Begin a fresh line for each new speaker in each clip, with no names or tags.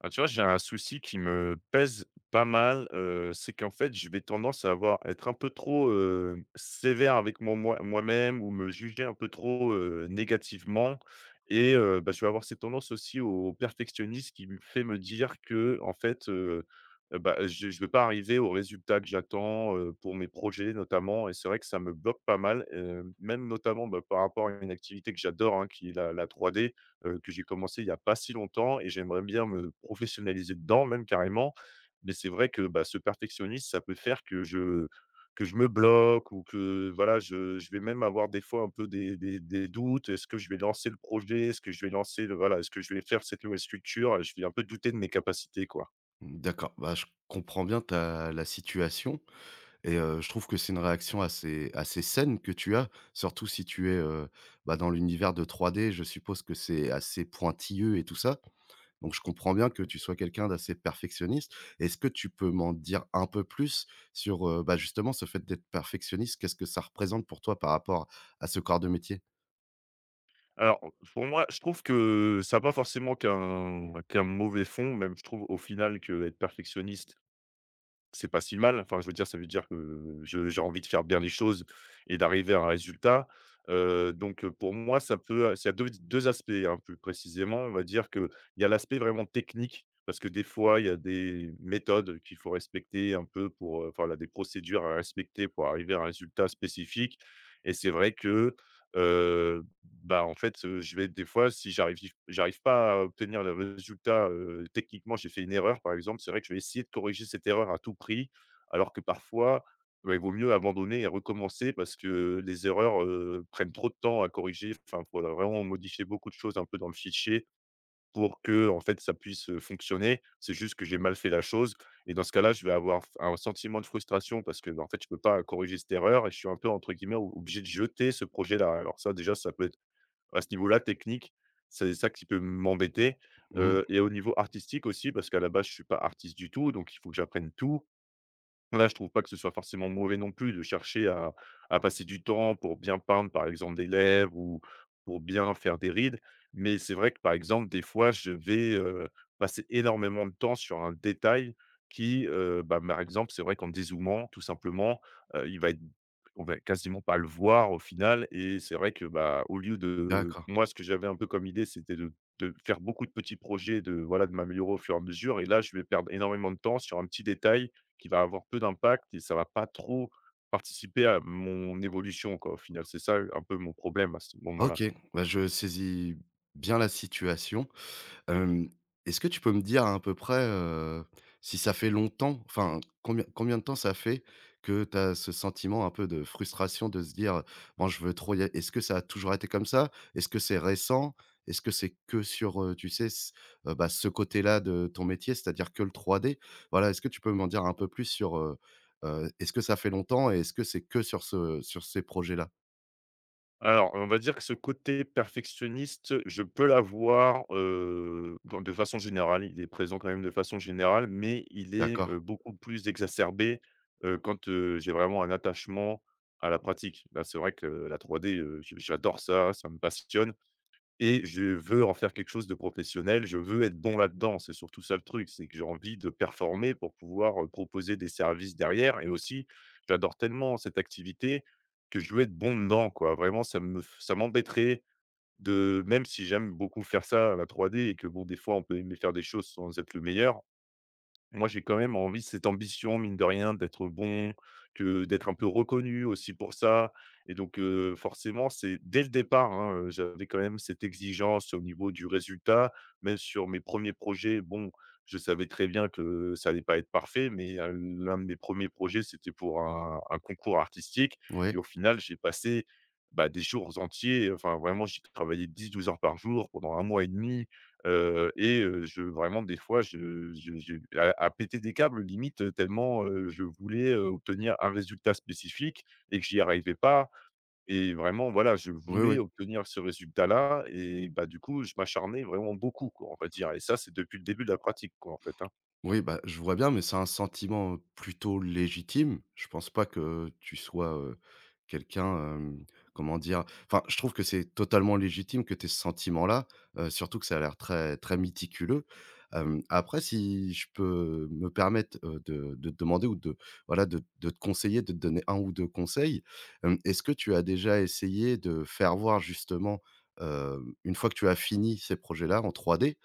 Ah, tu vois, j'ai un souci qui me pèse pas mal, c'est qu'en fait, je vais tendance à avoir être un peu trop, sévère avec mon moi-même ou me juger un peu trop, négativement et bah, je vais avoir cette tendance aussi au perfectionnisme qui me fait me dire que, en fait, bah, je vais pas arriver au résultat que j'attends, pour mes projets notamment et c'est vrai que ça me bloque pas mal, même notamment, bah, par rapport à une activité que j'adore, hein, qui est la 3D que j'ai commencé il y a pas si longtemps et j'aimerais bien me professionnaliser dedans, même carrément. Mais c'est vrai que, bah, ce perfectionnisme, ça peut faire que je me bloque ou que voilà, je vais même avoir des fois un peu des doutes. Est-ce que je vais lancer le projet? Est-ce que je vais lancer le, voilà, est-ce que je vais faire cette nouvelle structure? Je vais un peu douter de mes capacités, quoi.
D'accord, bah, je comprends bien ta la situation et je trouve que c'est une réaction assez saine que tu as, surtout si tu es, bah, dans l'univers de 3D. Je suppose que c'est assez pointilleux et tout ça, donc je comprends bien que tu sois quelqu'un d'assez perfectionniste. Est-ce que tu peux m'en dire un peu plus sur, bah, justement ce fait d'être perfectionniste? Qu'est-ce que ça représente pour toi par rapport à ce corps de métier?
Alors, pour moi, je trouve que ça a pas forcément qu'un mauvais fond, même je trouve au final que être perfectionniste, c'est pas si mal. Enfin, je veux dire, ça veut dire que je j'ai envie de faire bien les choses et d'arriver à un résultat. Donc, pour moi, ça peut, ça a 2 d aspects, hein, plus précisément. On va dire que il y a l'aspect vraiment technique, parce que des fois, il y a des méthodes qu'il faut respecter un peu pour, enfin, là, des procédures à respecter pour arriver à un résultat spécifique et c'est vrai que, heu bah, en fait, je vais des fois, si j'arrive pas à obtenir le résultat, techniquement, j'ai fait une erreur, par exemple, c'est vrai que je vais essayer de corriger cette erreur à tout prix, alors que parfois, bah, il vaut mieux abandonner et recommencer parce que les erreurs, prennent trop de temps à corriger. Enfin, faut vraiment modifier beaucoup de choses un peu dans le fichier pour que en fait, ça puisse, fonctionner. C'est juste que j'ai mal fait la chose et dans ce cas-là, je vais avoir un sentiment de frustration parce que, bah, en fait, je peux pas corriger cette erreur et je suis un peu, entre guillemets, obligé de jeter ce projet-là». Alors ça, déjà, ça peut être à ce niveau-là, technique, c'est ça qui peut m'embêter,
Mmh,
et au niveau artistique aussi, parce qu'à la base, je suis pas artiste du tout, donc il faut que j'apprenne tout. Là, je trouve pas que ce soit forcément mauvais non plus de chercher à passer du temps pour bien peindre, par exemple, des lèvres ou pour bien faire des rides. Mais c'est vrai que, par exemple, des fois, je vais, passer énormément de temps sur un détail qui, bah, par exemple, c'est vrai qu'en dézoomant, tout simplement, il va être on va quasiment pas le voir au final et c'est vrai que, bah, au lieu de
d'accord.
moi, ce que j'avais un peu comme idée, c'était de faire beaucoup de petits projets, de, voilà, de m'améliorer au fur et à mesure et là, je vais perdre énormément de temps sur un petit détail qui va avoir peu d'impact et ça va pas trop participer à mon évolution, quoi, au final. C'est ça, un peu mon problème à ce moment-là.
OK, bah, je saisis bien la situation. Hem, est-ce que tu peux me dire à un peu près, si ça fait longtemps, enfin combien de temps ça fait que tu as ce sentiment un peu de frustration de se dire: «Bon je veux trop y a» est-ce que ça a toujours été comme ça? Est-ce que c'est récent? Est-ce que c'est que sur, tu sais ce, bah, ce côté-là de ton métier, c'est-à-dire que le 3D? Voilà, est-ce que tu peux m'en dire un peu plus sur, est-ce que ça fait longtemps et est-ce que c'est que sur ces projets-là?
Alors, on va dire que ce côté perfectionniste, je peux l'avoir, dans de façon générale. Il est présent quand même de façon générale, mais il est,
D'accord.
beaucoup plus exacerbé, quand, j'ai vraiment un attachement à la pratique. Là, c'est vrai que la 3D, j'adore ça, ça me passionne et je veux en faire quelque chose de professionnel, je veux être bon là-dedans. C'est surtout ça le truc, c'est que j'ai envie de performer pour pouvoir, proposer des services derrière et aussi, j'adore tellement cette activité que je veux être bon dedans, quoi. Vraiment, ça me f ça m'embêterait de même si j'aime beaucoup faire ça, la 3D et que bon, des fois, on peut aimer faire des choses sans être le meilleur, moi, j'ai quand même envie cette ambition, mine de rien, d'être bon, que d'être un peu reconnu aussi pour ça et donc forcément, c'est dès le départ, hein, j'avais quand même cette exigence au niveau du résultat. Même sur mes premiers projets, bon, je savais très bien que ça allait pas être parfait, mais l'un de mes premiers projets, c'était pour un concours artistique et
Oui.
au final, j'ai passé, bah, des jours entiers, enfin, vraiment, j'ai travaillé 10, 12 heures par jour pendant un mois et demi. Et je vraiment des fois je à péter des câbles limite, tellement, je voulais, obtenir un résultat spécifique et que j'y arrivais pas et vraiment voilà, je
Oui,
voulais
oui.
obtenir ce résultat-là et bah, du coup, je m'acharnais vraiment beaucoup quoi, on va dire et ça, c'est depuis le début de la pratique quoi, en fait, hein.
Oui, bah, je vois bien, mais c'est un sentiment, plutôt légitime. Je pense pas que tu sois, quelqu'un, comment dire? Enfin, je trouve que c'est totalement légitime que tu aies ce sentiment-là, surtout que ça a l'air très très méticuleux. Après si je peux me permettre, de te demander ou de voilà, de te conseiller, de te donner un ou 2 conseils. Est-ce que tu as déjà essayé de faire voir justement, une fois que tu as fini ces projets-là en 3D,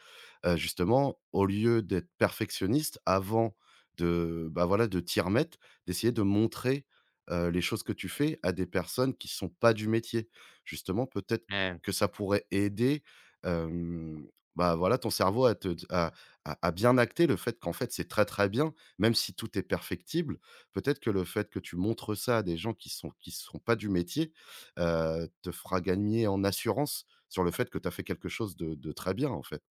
justement, au lieu d'être perfectionniste avant de, bah, voilà, de t'y remettre, d'essayer de montrer, les choses que tu fais à des personnes qui sont pas du métier. Justement, peut-être
Ouais.
que ça pourrait aider, hem, bah, voilà, ton cerveau à te à bien acter le fait qu'en fait, c'est très, très bien, même si tout est perfectible. Peut-être que le fait que tu montres ça à des gens qui sont pas du métier, te fera gagner en assurance sur le fait que tu as fait quelque chose de très bien, en fait.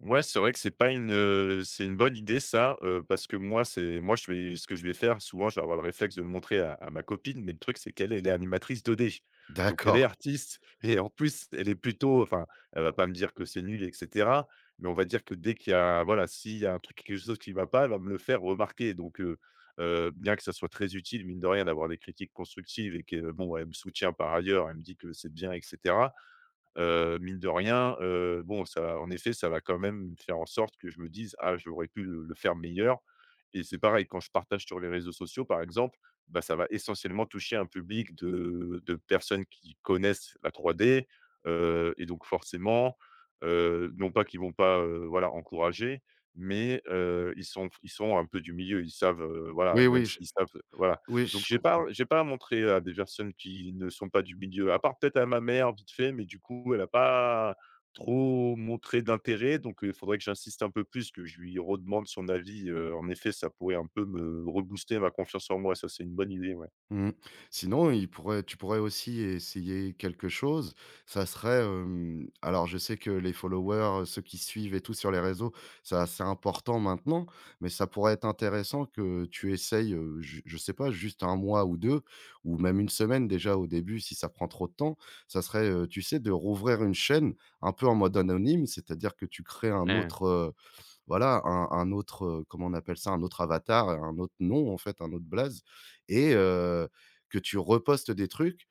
Ouais, c'est vrai que c'est pas une, c'est une bonne idée ça, parce que moi c'est moi je vais ce que je vais faire souvent, je vais avoir le réflexe de le montrer à ma copine, mais le truc c'est qu'elle, elle est animatrice 2D. Donc elle est
D'accord.
artiste et en plus elle est plutôt enfin, elle va pas me dire que c'est nul et cetera, mais on va dire que dès qu'il y a voilà, s'il y a un truc, quelque chose qui va pas, elle va me le faire remarquer. Donc bien que ça soit très utile mine de rien d'avoir des critiques constructives et que bon, elle me soutient par ailleurs, elle me dit que c'est bien etc. Mine de rien, bon ça en effet, ça va quand même faire en sorte que je me dise: «Ah j'aurais pu le faire meilleur» et c'est pareil quand je partage sur les réseaux sociaux par exemple, bah, ça va essentiellement toucher un public de personnes qui connaissent la 3D, et donc forcément, non pas qu'ils vont pas, voilà encourager, mais ils sont un peu du milieu. Ils savent, voilà,
Oui,
même s'ils savent, voilà
oui,
donc
je
j'ai pas
comprends.
j'ai pas montré à des personnes qui ne sont pas du milieu, à part peut-être à ma mère vite fait, mais du coup, elle a pas trop montré d'intérêt, donc il faudrait que j'insiste un peu plus, que je lui redemande son avis, en effet, ça pourrait un peu me rebooster ma confiance en moi, ça, c'est une bonne idée, ouais.
Mmh. Sinon, il pourrait tu pourrais aussi essayer quelque chose. Ça serait, alors je sais que les followers, ceux qui suivent et tout sur les réseaux, c'est assez important maintenant, mais ça pourrait être intéressant que tu essayes, je sais pas, juste un mois ou 2, ou même une semaine déjà au début si ça prend trop de temps. Ça serait, tu sais, de rouvrir une chaîne un peu en mode anonyme, c'est-à-dire que tu crées un
Mmh,
autre, voilà, un autre, comment on appelle ça? Un autre avatar, un autre nom en fait, un autre blaze et que tu repostes des trucs,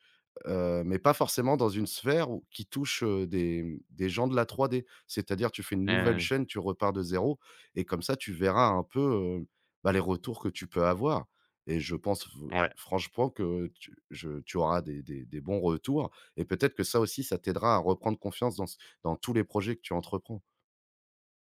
mais pas forcément dans une sphère où qui touche, des gens de la 3D. C'est-à-dire tu fais une nouvelle
mmh,
chaîne, tu repars de zéro et comme ça tu verras un peu, heu, bah, les retours que tu peux avoir et je pense v
ouais.
franchement que tu auras des bons retours et peut-être que ça aussi, ça t'aidera à reprendre confiance dans tous les projets que tu entreprends.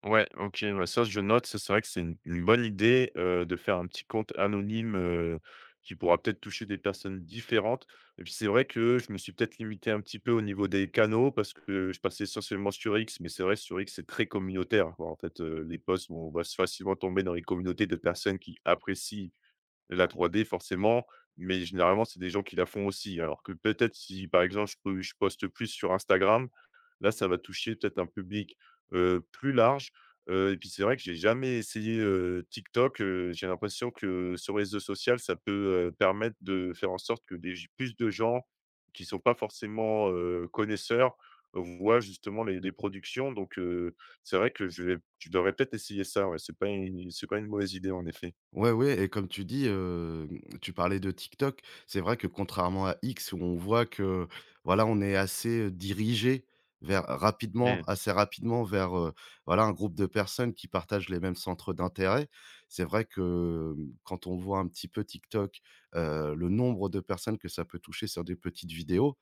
Ouais, OK, ouais, ça je note, ça, c'est vrai que c'est une bonne idée, de faire un petit compte anonyme, qui pourra peut-être toucher des personnes différentes et puis c'est vrai que je me suis peut-être limité un petit peu au niveau des canaux parce que je passais essentiellement sur X, mais c'est vrai sur X, c'est très communautaire, quoi, en fait, les posts, on va facilement tomber dans les communautés de personnes qui apprécient la 3D forcément, mais généralement, c'est des gens qui la font aussi. Alors que peut-être si, par exemple, je poste plus sur Instagram, là, ça va toucher peut-être un public, plus large, et puis c'est vrai que j'ai jamais essayé, TikTok, j'ai l'impression que ce réseau social, ça peut, permettre de faire en sorte que des plus de gens qui sont pas forcément, connaisseurs, voient justement les productions donc c'est vrai que je devrais peut-être essayer ça, ouais, c'est pas une mauvaise idée en effet.
Ouais, ouais et comme tu dis, tu parlais de TikTok. C'est vrai que contrairement à X où on voit que, voilà, on est assez, dirigé
Mmh,
assez rapidement vers, voilà, un groupe de personnes qui partagent les mêmes centres d'intérêt. C'est vrai que, quand on voit un petit peu TikTok, le nombre de personnes que ça peut toucher sur des petites vidéos.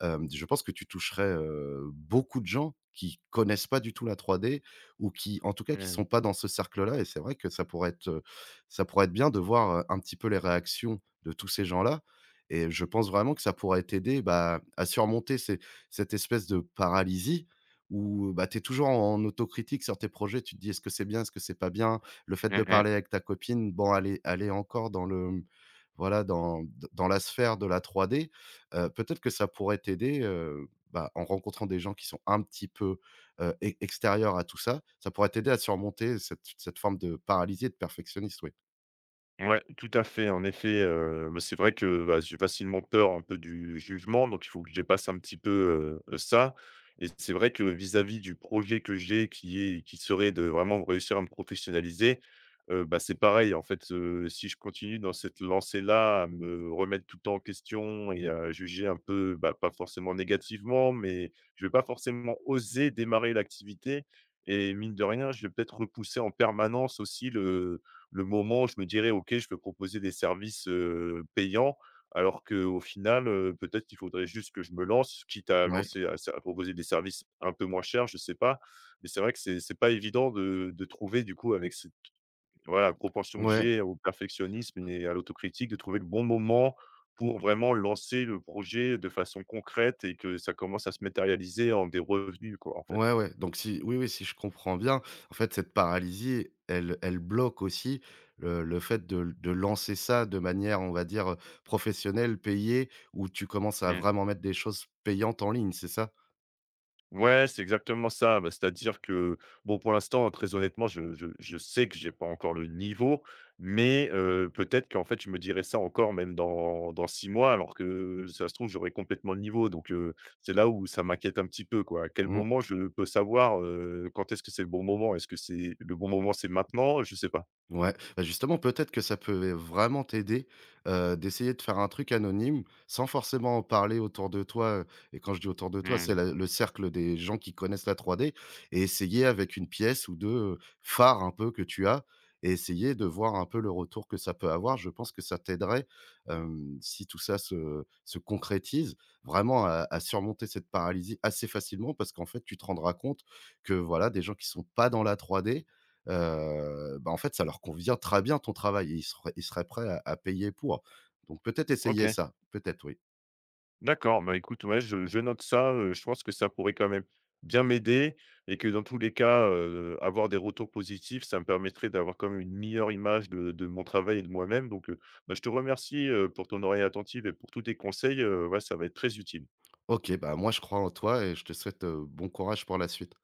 Je pense que tu toucherais, beaucoup de gens qui connaissent pas du tout la 3D ou qui, en tout cas, qui sont
mmh.
pas dans ce cercle-là et c'est vrai que ça pourrait être bien de voir, un petit peu les réactions de tous ces gens-là et je pense vraiment que ça pourrait t'aider, bah, à surmonter ces cette espèce de paralysie où, bah, tu es toujours en autocritique sur tes projets. Tu te dis: «Est-ce que c'est bien? Est-ce que c'est pas bien?» Le fait de
Mmh mh.
parler avec ta copine, bon, elle est encore dans le, voilà, dans la sphère de la 3D. Peut-être que ça pourrait t'aider, bah, en rencontrant des gens qui sont un petit peu, e extérieurs à tout ça, ça pourrait t'aider à surmonter cette forme de paralysie et de perfectionniste, oui.
Ouais, tout à fait. En effet, bah, c'est vrai que, bah, j'ai facilement peur un peu du jugement, donc il faut que je dépasse un petit peu, ça et c'est vrai que vis-à-vis du projet que j'ai qui serait de vraiment réussir à me professionnaliser, bah, c'est pareil en fait, si je continue dans cette lancée-là à me remettre tout le temps en question et à juger un peu, bah, pas forcément négativement, mais je vais pas forcément oser démarrer l'activité et mine de rien, je vais peut-être repousser en permanence aussi le moment où je me dirais: «OK, je peux proposer des services, payants», alors qu'au final, peut-être qu'il faudrait juste que je me lance, quitte à
Ouais,
lancer à proposer des services un peu moins chers, je sais pas. Mais c'est vrai que c'est pas évident de trouver du coup avec cette, voilà, propension que
ouais,
j'ai au perfectionnisme et à l'autocritique, de trouver le bon moment pour vraiment lancer le projet de façon concrète et que ça commence à se matérialiser en des revenus quoi, en fait.
ouais, ouais, donc si oui, oui, si je comprends bien, en fait, cette paralysie, elle bloque aussi le fait de lancer ça de manière, on va dire, professionnelle, payée, où tu commences à
Mmh.
vraiment mettre des choses payantes en ligne, c'est ça?
Ouais, c'est exactement ça. Bah, c'est-à-dire que, bon, pour l'instant, hein, très honnêtement, je sais que j'ai pas encore le niveau, mais peut-être qu'en fait, je me dirais ça encore même dans 6 mois, alors que ça se trouve, j'aurais complètement le niveau. Donc c'est là où ça m'inquiète un petit peu, quoi. À quel
Mmh.
moment je peux savoir, quand est-ce que c'est le bon moment? Est-ce que c'est le bon moment, c'est maintenant? Je sais pas.
Ouais, bah, justement, peut-être que ça peut vraiment t'aider, d'essayer de faire un truc anonyme, sans forcément en parler autour de toi, et quand je dis autour de toi, c'est
Mmh.
la le cercle des gens qui connaissent la 3D et essayer avec une pièce ou 2 phares un peu que tu as et essayer de voir un peu le retour que ça peut avoir. Je pense que ça t'aiderait, si tout ça se concrétise, vraiment à surmonter cette paralysie assez facilement parce qu'en fait, tu te rendras compte que, voilà, des gens qui sont pas dans la 3D, bah, en fait, ça leur convient très bien ton travail et ils seraient prêts à payer pour. Donc peut-être essayer
OK.
ça, peut-être, oui.
D'accord, bah, écoute, ouais, je note ça, je pense que ça pourrait quand même bien m'aider et que dans tous les cas, avoir des retours positifs, ça me permettrait d'avoir quand même une meilleure image de mon travail et de moi-même donc, bah, je te remercie, pour ton oreille attentive et pour tous tes conseils, ouais, ça va être très utile.
OK, bah, moi je crois en toi et je te souhaite, bon courage pour la suite.